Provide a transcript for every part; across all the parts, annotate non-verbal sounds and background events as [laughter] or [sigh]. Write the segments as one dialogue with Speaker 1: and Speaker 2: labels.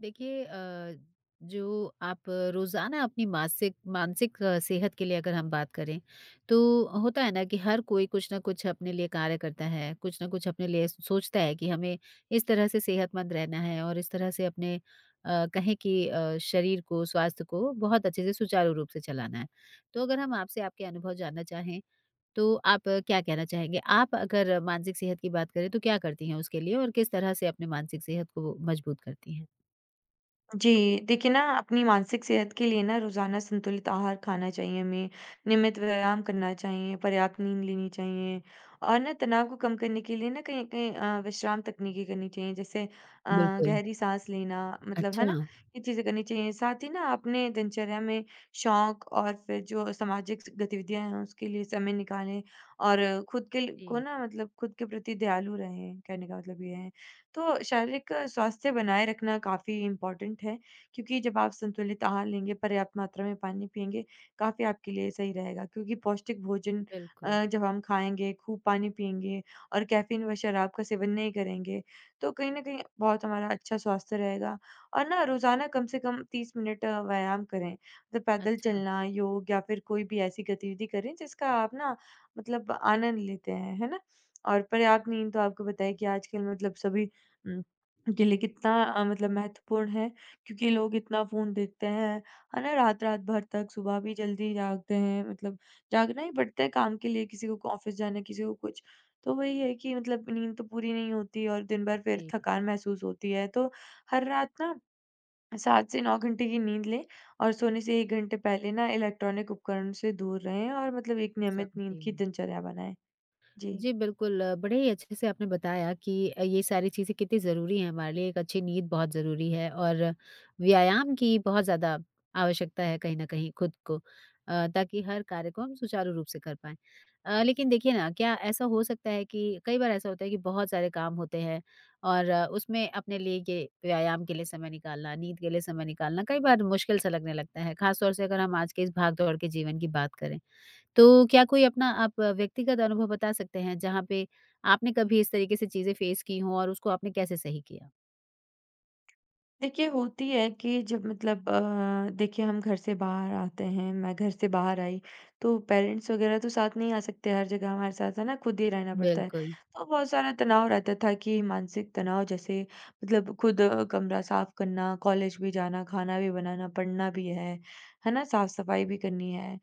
Speaker 1: देखिए जो आप रोज़ाना अपनी मासिक मानसिक सेहत के लिए अगर हम बात करें, तो होता है ना कि हर कोई कुछ ना कुछ अपने लिए कार्य करता है, कुछ ना कुछ अपने लिए सोचता है कि हमें इस तरह से सेहतमंद रहना है और इस तरह से अपने कहें कि शरीर को, स्वास्थ्य को बहुत अच्छे से सुचारू रूप से चलाना है। तो अगर हम आपसे आपके अनुभव जानना चाहें, तो आप क्या कहना चाहेंगे? आप अगर मानसिक सेहत की बात करें, तो क्या करती हैं उसके लिए और किस तरह से अपने मानसिक सेहत को मजबूत करती हैं?
Speaker 2: जी, देखिए ना अपनी मानसिक सेहत के लिए ना रोज़ाना संतुलित आहार खाना चाहिए हमें, नियमित व्यायाम करना चाहिए, पर्याप्त नींद लेनी चाहिए और ना तनाव को कम करने के लिए ना कहीं न कहीं विश्राम तकनीकें करनी चाहिए, जैसे
Speaker 1: बिल्कुल।
Speaker 2: गहरी साँस लेना, मतलब
Speaker 1: अच्छा।
Speaker 2: है ना? ये चीज़ें करनी चाहिए। साथ ही ना अपने दिनचर्या में शौक और फिर जो सामाजिक स गतिविधियाँ हैं उसके लिए समय निकालें और खुद के ल को
Speaker 1: जी,
Speaker 2: ना मतलब खुद के प्रति दयालु रहें, कहने का मतलब ये है। तो शारीरिक स्वास्थ्य बनाए रखना काफ़ी इम्पोर्टेंट है, क्योंकि जब आप संतुलित आहार लेंगे, पर्याप्त मात्रा में पानी पिएँगे, काफ़ी आपके लिए सही रहेगा, क्योंकि पौष्टिक भोजन
Speaker 1: बिल्कुल।
Speaker 2: जब हम खाएँगे, खूब पानी पिएँगे और कैफ़ीन व शराब का सेवन नहीं करेंगे, तो कहीं न कहीं बहुत हमारा अच्छा स्वास्थ्य रहेगा और ना रोज़ाना कम से कम 30 मिनट व्यायाम करें। मतलब पैदल
Speaker 1: अच्छा।
Speaker 2: चलना, योग या फिर कोई भी ऐसी गतिविधि करें जिसका आप ना मतलब आनंद लेते हैं, है ना? और पर्याप्त नींद तो आपको पता है कि आजकल मतलब सभी हुँ। के लिए कितना मतलब महत्वपूर्ण है, क्योंकि लोग इतना फ़ोन देखते हैं, है ना? रात-रात भर तक, सुबह भी जल्दी जागते हैं, मतलब जागना ही पड़ता है काम के लिए, किसी को क ऑफ़िस जाना है, किसी को कुछ। तो वही है कि मतलब नींद तो पूरी नहीं होती और दिन भर फिर
Speaker 1: जी।
Speaker 2: थकान महसूस होती है। तो हर रात ना 7 से 9 घंटे की नींद लें और सोने से 1 घंटे पहले ना इलेक्ट्रॉनिक उपकरण से दूर रहें और मतलब एक नियमित नींद
Speaker 1: समझी।
Speaker 2: की दिनचर्या बनाएँ। जी।
Speaker 1: जी, बिल्कुल। बड़े ही अच्छे से आपने बताया कि ये सारी चीज़ें कितनी ज़रूरी हैं हमारे लिए। एक अच्छी नींद बहुत ज़रूरी है और व्यायाम की बहुत ज़्यादा आवश्यकता है कहीं न कहीं खुद को ताकि हर कार्य को हम सुचारू रूप से कर पाएँ। लेकिन देखिए ना, क्या ऐसा हो सकता है कि कई बार ऐसा होता है कि बहुत सारे काम होते हैं और उसमें अपने लिए ये व्यायाम के लिए समय निकालना, नींद के लिए समय निकालना कई बार मुश्किल सा लगने लगता है, ख़ास तौर से अगर हम आज के इस भाग-दौड़ के जीवन की बात करें। तो क्या कोई अपना आप व्यक्तिगत अनुभव बता सकते हैं जहाँ पे आपने कभी इस तरीके से चीज़ें फेस की हों और उसको आपने कैसे सही किया?
Speaker 2: देखिए, होती है कि जब मतलब देखिए हम घर से बाहर आते हैं, मैं घर से बाहर आई, तो पेरेंट्स वगैरह तो साथ नहीं आ सकते हर जगह हमारे साथ, है ना? खुद ही रहना पड़ता है।
Speaker 1: बिल्कुल।
Speaker 2: तो बहुत सारा तनाव रहता था कि मानसिक तनाव जैसे मतलब खुद कमरा साफ करना, कॉलेज भी जाना, खाना भी बनाना, पढ़ना भी है ना? साफ-सफाई भी करनी है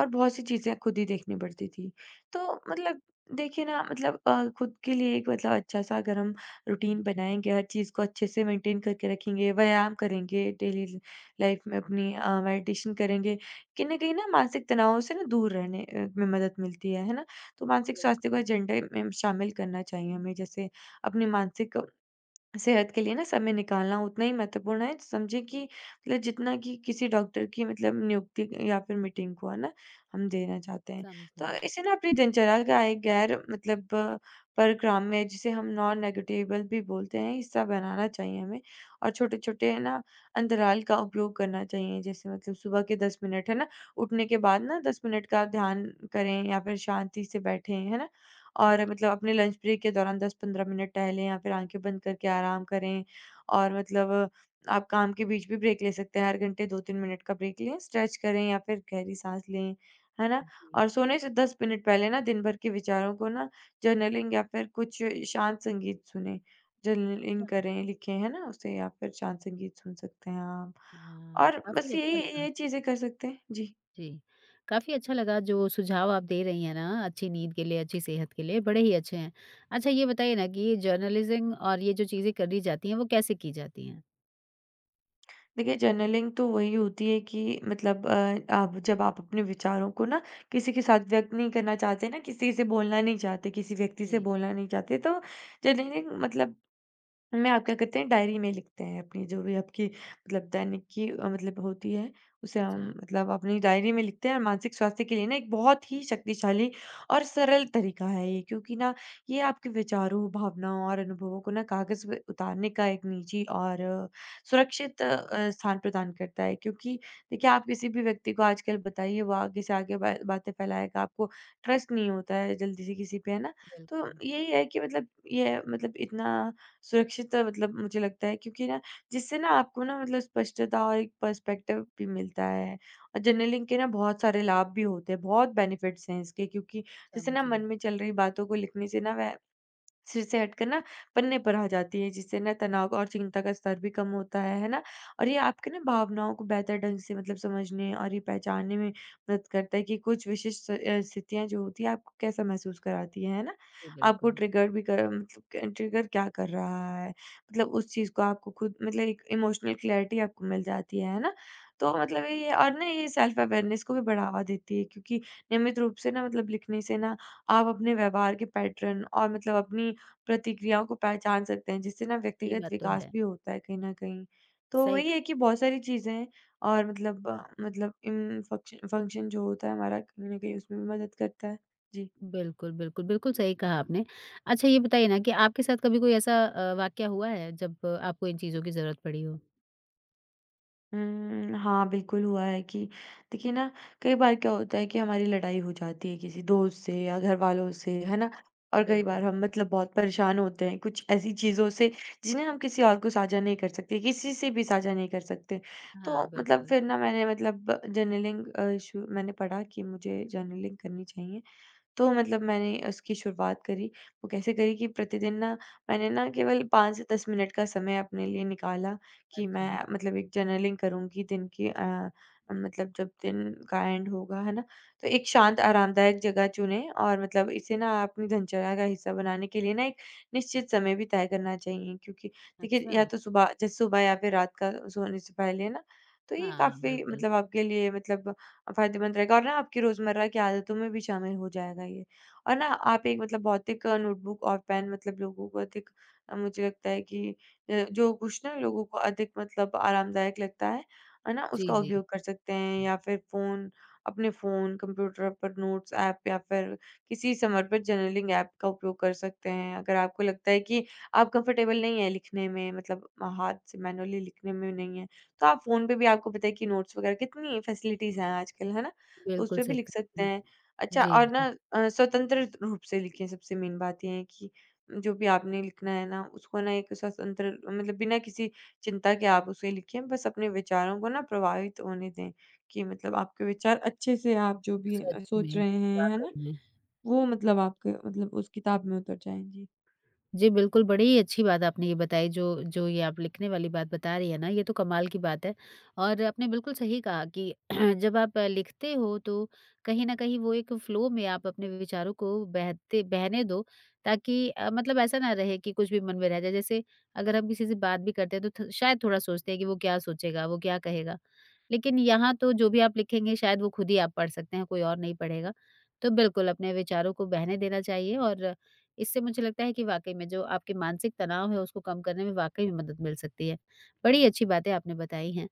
Speaker 2: और बहुत सी चीज़ें खुद ही देखनी पड़ती थी। तो मतलब देखिए ना मतलब खुद के लिए एक मतलब अच्छा-सा अगर हम रूटीन
Speaker 1: जी,
Speaker 2: बनाएँगे, हर चीज़ को अच्छे से मेंटेन करके रखेंगे, व्यायाम करेंगे, डेली ज़ लाइफ में अपनी मेडिटेशन करेंगे, कहीं न कहीं ना मानसिक तनावों से ना दूर रहने में मदद मिलती है ना? तो मानसिक स्वास्थ्य को
Speaker 1: बिल्कुल।
Speaker 2: एजेंडे में शामिल करना चाहिए हमें, जैसे अपनी मानसिक सेहत के लिए ना समय निकालना उतना ही महत्वपूर्ण है, समझे, कि मतलब जितना कि किसी डॉक्टर की मतलब नियुक्ति या फिर मीटिंग को है ना हम देना चाहते हैं।
Speaker 1: समझी।
Speaker 2: तो इसे ना अपनी दिनचर्या का एक गैर मतलब परक्राम्य, जिसे हम नॉन नेगोटिएबल भी बोलते हैं, हिस्सा बनाना चाहिए हमें और छोटे छोटे है ना अंतराल का उपयोग करना चाहिए, जैसे मतलब सुबह के 10 मिनट है ना, उठने के बाद ना 10 मिनट का ध्यान करें या फिर शांति से बैठें, है ना। और मतलब अपने लंच ब्रेक के दौरान 10-15 मिनट टहलें या फिर आँखें बंद करके आराम करें। और मतलब आप काम के बीच भी ब्रेक ले सकते हैं, हर घंटे 2-3 मिनट का ब्रेक लें, स्ट्रेच करें या फिर गहरी सांस लें, है ना?
Speaker 1: जी।
Speaker 2: और सोने से 10 मिनट पहले ना दिन भर के विचारों को ना जर्नलिंग या फिर कुछ शांत संगीत सुनें। जर्नलिंग
Speaker 1: अच्छा।
Speaker 2: करें, लिखें, है ना? उसे या फिर शांत संगीत सुन सकते हैं आप।
Speaker 1: हाँ,
Speaker 2: और
Speaker 1: काफ़ी
Speaker 2: बस
Speaker 1: अच्छा
Speaker 2: यही
Speaker 1: लगा।
Speaker 2: ये चीज़ें कर सकते हैं। जी।
Speaker 1: जी, काफ़ी अच्छा लगा जो सुझाव आप दे रही हैं ना अच्छी नींद के लिए, अच्छी सेहत के लिए, बड़े ही अच्छे हैं। अच्छा ये बताइए ना कि ये जर्नलिज़्म और ये जो चीज़ें करी जाती हैं वो कैसे की जाती हैं?
Speaker 2: देखिए, जर्नलिंग तो वही होती है कि मतलब आप जब आप अपने विचारों को ना किसी के साथ व्यक्त नहीं करना चाहते, ना किसी से बोलना नहीं चाहते, किसी व्यक्ति से
Speaker 1: जी।
Speaker 2: बोलना नहीं चाहते, तो जर्नलिंग मतलब में आप क्या करते हैं, डायरी में लिखते हैं अपनी, जो भी आपकी मतलब दैनिक की मतलब होती है, उसे हम
Speaker 1: अच्छा।
Speaker 2: मतलब अपनी डायरी में लिखते हैं, और मानसिक स्वास्थ्य के लिए ना एक बहुत ही शक्तिशाली और सरल तरीका है ये, क्योंकि ना ये आपके विचारों, भावनाओं और अनुभवों को ना कागज पे उतारने का एक निजी और सुरक्षित स्थान प्रदान करता है, क्योंकि देखिए आप किसी भी व्यक्ति को आजकल बताइए, वो आगे से आगे बातें फैलाएगा, आपको ट्रस्ट नहीं होता है जल्दी से किसी पे, है ना? तो
Speaker 1: बिल्कुल।
Speaker 2: यही है कि मतलब ये मतलब इतना सुरक्षित मतलब मुझे लगता है, क्योंकि ना जिससे ना आपको ना मतलब स्पष्टता और एक पर्सपेक्टिव भी मिलता है और जर्नलिंग के ना बहुत सारे लाभ भी होते हैं, बहुत बेनिफिट्स हैं इसके, क्योंकि जैसे ना
Speaker 1: समझी।
Speaker 2: मन में चल रही बातों को लिखने से ना वह सिर से हटकर ना पन्ने पर आ जाती है, जिससे ना तनाव और चिंता का स्तर भी कम होता है ना? और ये आपके ना भावनाओं को बेहतर ढंग से मतलब समझने और ये पहचानने में मदद करता है, कि कुछ विशिष्ट स्थितियाँ जो होती हैं आपको कैसा महसूस कराती हैं, है ना?
Speaker 1: जी,
Speaker 2: आपको
Speaker 1: बिल्कुल।
Speaker 2: ट्रिगर भी कर मतलब ट्रिगर क्या कर रहा है? मतलब उस चीज़ को आपको खुद मतलब एक इमोशनल क्लैरिटी आपको मिल जाती है ना? तो मतलब ये और ना ये सेल्फ अवेयरनेस को भी बढ़ावा देती है, क्योंकि नियमित रूप से ना मतलब लिखने से ना आप अपने व्यवहार के पैटर्न और मतलब अपनी प्रतिक्रियाओं को पहचान सकते हैं, जिससे ना
Speaker 1: ये
Speaker 2: व्यक्तिगत
Speaker 1: बात तो
Speaker 2: विकास
Speaker 1: है।
Speaker 2: भी होता है कहीं न कहीं। तो
Speaker 1: सही।
Speaker 2: वही है कि बहुत सारी चीज़ें हैं और मतलब मतलब इन फंक्शन फंक्शन जो होता है हमारा, कहीं न कहीं उसमें भी मदद करता है। जी।
Speaker 1: बिल्कुल, बिल्कुल, बिल्कुल सही कहा आपने। अच्छा ये बताइए ना कि आपके साथ कभी कोई ऐसा वाक़या हुआ है जब आपको इन चीज़ों की ज़रूरत पड़ी हो?
Speaker 2: हुँ, हाँ, बिल्कुल हुआ है कि देखिए ना, कई बार क्या होता है कि हमारी लड़ाई हो जाती है किसी दोस्त से या घरवालों से, है ना? और कई
Speaker 1: बिल्कुल।
Speaker 2: बार हम मतलब बहुत परेशान होते हैं कुछ ऐसी चीज़ों से, जिन्हें हम किसी और को साझा नहीं कर सकते, किसी से भी साझा नहीं कर सकते। तो
Speaker 1: हाँ,
Speaker 2: मतलब
Speaker 1: बिल्कुल।
Speaker 2: फिर ना मैंने मतलब जर्नलिंग अ, शु मैंने पढ़ा कि मुझे जर्नलिंग करनी चाहिए। तो मतलब मैंने उसकी शुरुआत करी। वो कैसे करी कि प्रतिदिन ना मैंने ना केवल 5 से 10 मिनट का समय अपने लिए निकाला, कि
Speaker 1: अच्छा।
Speaker 2: मैं मतलब एक जर्नलिंग करूँगी दिन की, मतलब जब दिन का एंड होगा, है ना? तो एक शांत आरामदायक जगह चुनें, और मतलब इसे ना अपनी दिनचर्या का हिस्सा बनाने के लिए ना एक निश्चित समय भी तय करना चाहिए, क्योंकि देखिए
Speaker 1: अच्छा।
Speaker 2: या तो सुबह, जैसे सुबह या फिर रात का सोने से पहले ना, तो ये
Speaker 1: हाँ,
Speaker 2: काफ़ी
Speaker 1: बिल्कुल।
Speaker 2: मतलब आपके लिए मतलब फ़ायदेमंद रहेगा और ना आपकी रोज़मर्रा की आदतों में भी शामिल हो जाएगा ये। और ना आप एक मतलब भौतिक नोटबुक और पेन मतलब लोगों को अधिक मुझे लगता है कि जो कुछ ना लोगों को अधिक मतलब आरामदायक लगता है ना?
Speaker 1: जी,
Speaker 2: उसका
Speaker 1: जी।
Speaker 2: उपयोग कर सकते हैं, या फिर फ़ोन अपने फ़ोन, कंप्यूटर पर नोट्स ऐप या फिर किसी समर्पित जर्नलिंग ऐप का उपयोग कर सकते हैं। अगर आपको लगता है कि आप कंफ़र्टेबल नहीं हैं लिखने में, मतलब हाथ से मैनुअली लिखने में नहीं हैं, तो आप फ़ोन पे भी, आपको पता है कि नोट्स वगैरह कितनी फैसिलिटीज़ हैं आजकल, है ना? तो
Speaker 1: बिल्कुल
Speaker 2: उसपे भी
Speaker 1: सही
Speaker 2: लिख
Speaker 1: कहा
Speaker 2: सकते
Speaker 1: आपने।
Speaker 2: हैं। अच्छा,
Speaker 1: जी,
Speaker 2: और ना
Speaker 1: जी।
Speaker 2: स्वतंत्र रूप से लिखें, सबसे मेन बात ये है कि जो भी आपने लिखना है ना, उसको ना एक स्वतंत्र मतलब बिना किसी चिंता के आप उसे लिखें, बस अपने विचारों को ना प्रभावित होने दें, कि मतलब आपके विचार अच्छे से, आप जो भी
Speaker 1: सच
Speaker 2: सोच
Speaker 1: में,
Speaker 2: रहे हैं, है ना,
Speaker 1: वाक़ई में।
Speaker 2: वो मतलब आपके मतलब उस किताब में उतर जाएँ। जी।
Speaker 1: जी, बिल्कुल, बड़ी ही अच्छी बात आपने ये बताई जो जो ये आप लिखने वाली बात बता रही हैं ना, ये तो कमाल की बात है और आपने बिल्कुल सही कहा कि [clears throat] जब आप लिखते हो तो कहीं न कहीं वो एक फ़्लो में आप अपने विचारों को बहते बहने दो ताकि मतलब ऐसा ना रहे कि कुछ भी मन में रह जाए। जैसे अगर हम किसी से बात भी करते हैं तो थ शायद थोड़ा सोचते हैं कि वो क्या सोचेगा, वो क्या कहेगा। लेकिन यहाँ तो जो भी आप लिखेंगे शायद वो खुद ही आप पढ़ सकते हैं, कोई और नहीं पढ़ेगा। तो बिल्कुल अपने विचारों को बहने देना चाहिए और इससे मुझे लगता है कि वाक़ई में जो आपके मानसिक तनाव है उसको कम करने में वाक़ई में मदद मिल सकती है। बड़ी अच्छी बातें आपने बताई हैं।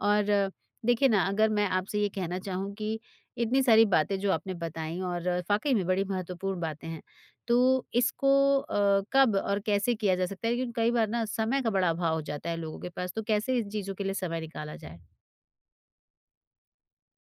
Speaker 1: और देखिए ना अगर मैं आपसे ये कहना चाहूँ कि इतनी सारी बातें जो आपने बताई और वाक़ई में बड़ी महत्वपूर्ण बातें हैं। तो इसको कब और कैसे किया जा सकता है? क्योंकि कई बार ना समय का बड़ा अभाव हो जाता है लोगों के पास, तो कैसे इन चीज़ों के लिए समय निकाला जाए?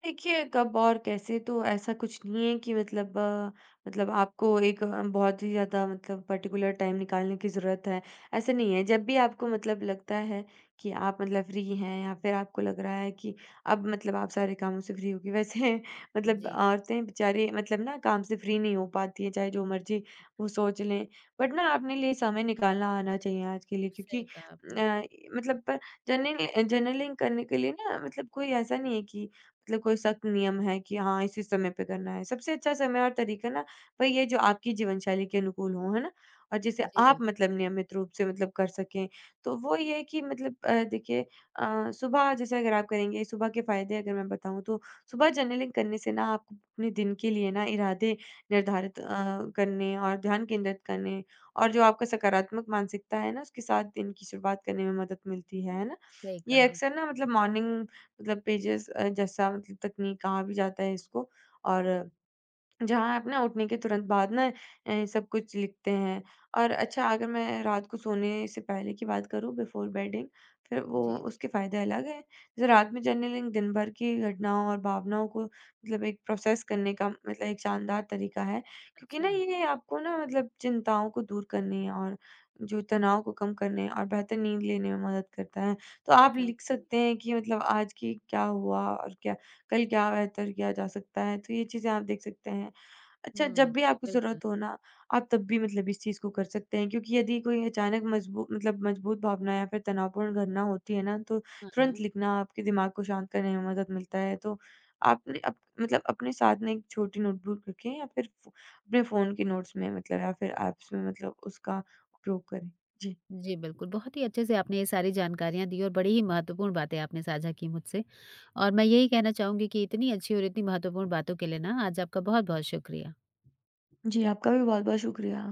Speaker 2: देखिए, कब और कैसे तो ऐसा कुछ नहीं है, कि मतलब मतलब आपको एक बहुत ही ज़्यादा मतलब पर्टिकुलर टाइम निकालने की ज़रूरत है, ऐसा नहीं है। जब भी आपको मतलब लगता है कि आप मतलब फ्री हैं, या फिर आपको लग रहा है कि अब मतलब आप सारे कामों से फ्री होगी। वैसे [laughs] मतलब
Speaker 1: जी,
Speaker 2: औरतें बेचारी मतलब ना काम से फ्री नहीं हो पाती हैं, चाहे जो मर्ज़ी वो सोच लें। बट ना अपने लिए समय निकालना आना चाहिए आज के लिए,
Speaker 1: सही
Speaker 2: क्योंकि
Speaker 1: कहा आपने।
Speaker 2: अ, मतलब जर्नलिंग जर्नलिंग करने के लिए ना मतलब कोई ऐसा नहीं है कि मतलब कोई सख्त नियम है कि हाँ इसी समय पे करना है। सबसे अच्छा समय और तरीका ना वही है जो आपकी जीवन शैली के अनुकूल हो, है ना? और जिसे
Speaker 1: जी,
Speaker 2: आप
Speaker 1: बिल्कुल,
Speaker 2: मतलब नियमित रूप से मतलब कर सकें। तो वो ये है कि मतलब देखिए सुबह जैसे अगर आप करेंगे, सुबह के फ़ायदे अगर मैं बताऊँ तो सुबह जर्नलिंग करने से ना आपको अपने दिन के लिए ना इरादे निर्धारित करने और ध्यान केंद्रित करने और जो आपका सकारात्मक मानसिकता है ना उसके साथ दिन की शुरुआत करने में मदद मिलती है ना?
Speaker 1: सही
Speaker 2: ये
Speaker 1: कहा।
Speaker 2: अक्सर ना मतलब मॉर्निंग मतलब पेजेस जैसा मतलब तकनीक कहा भी जाता है इसको, और जहाँ आप ना उठने के तुरंत बाद ना सब कुछ लिखते हैं। और अच्छा, अगर मैं रात को सोने से पहले की बात करूँ, बिफ़ोर बेडिंग, फिर वो
Speaker 1: जी, जी।
Speaker 2: उसके फ़ायदे अलग हैं। जैसे रात में जर्नलिंग दिन भर की घटनाओं और भावनाओं को मतलब एक प्रोसेस करने का मतलब एक शानदार तरीका है। क्योंकि
Speaker 1: अच्छा।
Speaker 2: ना ये आपको ना मतलब चिंताओं को दूर करने और जो तनाव को कम करने और बेहतर नींद लेने में मदद करता है। तो आप लिख
Speaker 1: समझी।
Speaker 2: सकते हैं कि मतलब आज की क्या हुआ और क्या कल क्या बेहतर किया जा सकता है। तो ये चीज़ें आप देख सकते हैं। अच्छा, जब
Speaker 1: हुँ,
Speaker 2: भी आपको
Speaker 1: बिल्कुल।
Speaker 2: ज़रूरत हो ना, आप तब भी मतलब इस चीज़ को कर सकते हैं, क्योंकि यदि कोई अचानक मजबू मतलब मजबूत भावना या फिर तनावपूर्ण घटना होती है ना, तो
Speaker 1: हाँ,
Speaker 2: तुरंत
Speaker 1: हाँ।
Speaker 2: लिखना आपके दिमाग को शांत करने में मदद मिलता है। तो आपने अप मतलब अपने साथ में एक छोटी नोटबुक रखें, या फिर फ़ो अपने फ़ोन के नोट्स में, मतलब या फिर ऐप्स में मतलब उसका उपयोग करें। जी।
Speaker 1: जी, बिल्कुल। बहुत ही अच्छे से आपने ये सारी जानकारियाँ दी और बड़ी ही महत्वपूर्ण बातें आपने साझा की मुझसे। और मैं यही कहना चाहूँगी कि इतनी अच्छी और इतनी महत्वपूर्ण बातों के लिए ना आज आपका बहुत-बहुत शुक्रिया।
Speaker 2: जी, आपका भी बहुत-बहुत शुक्रिया।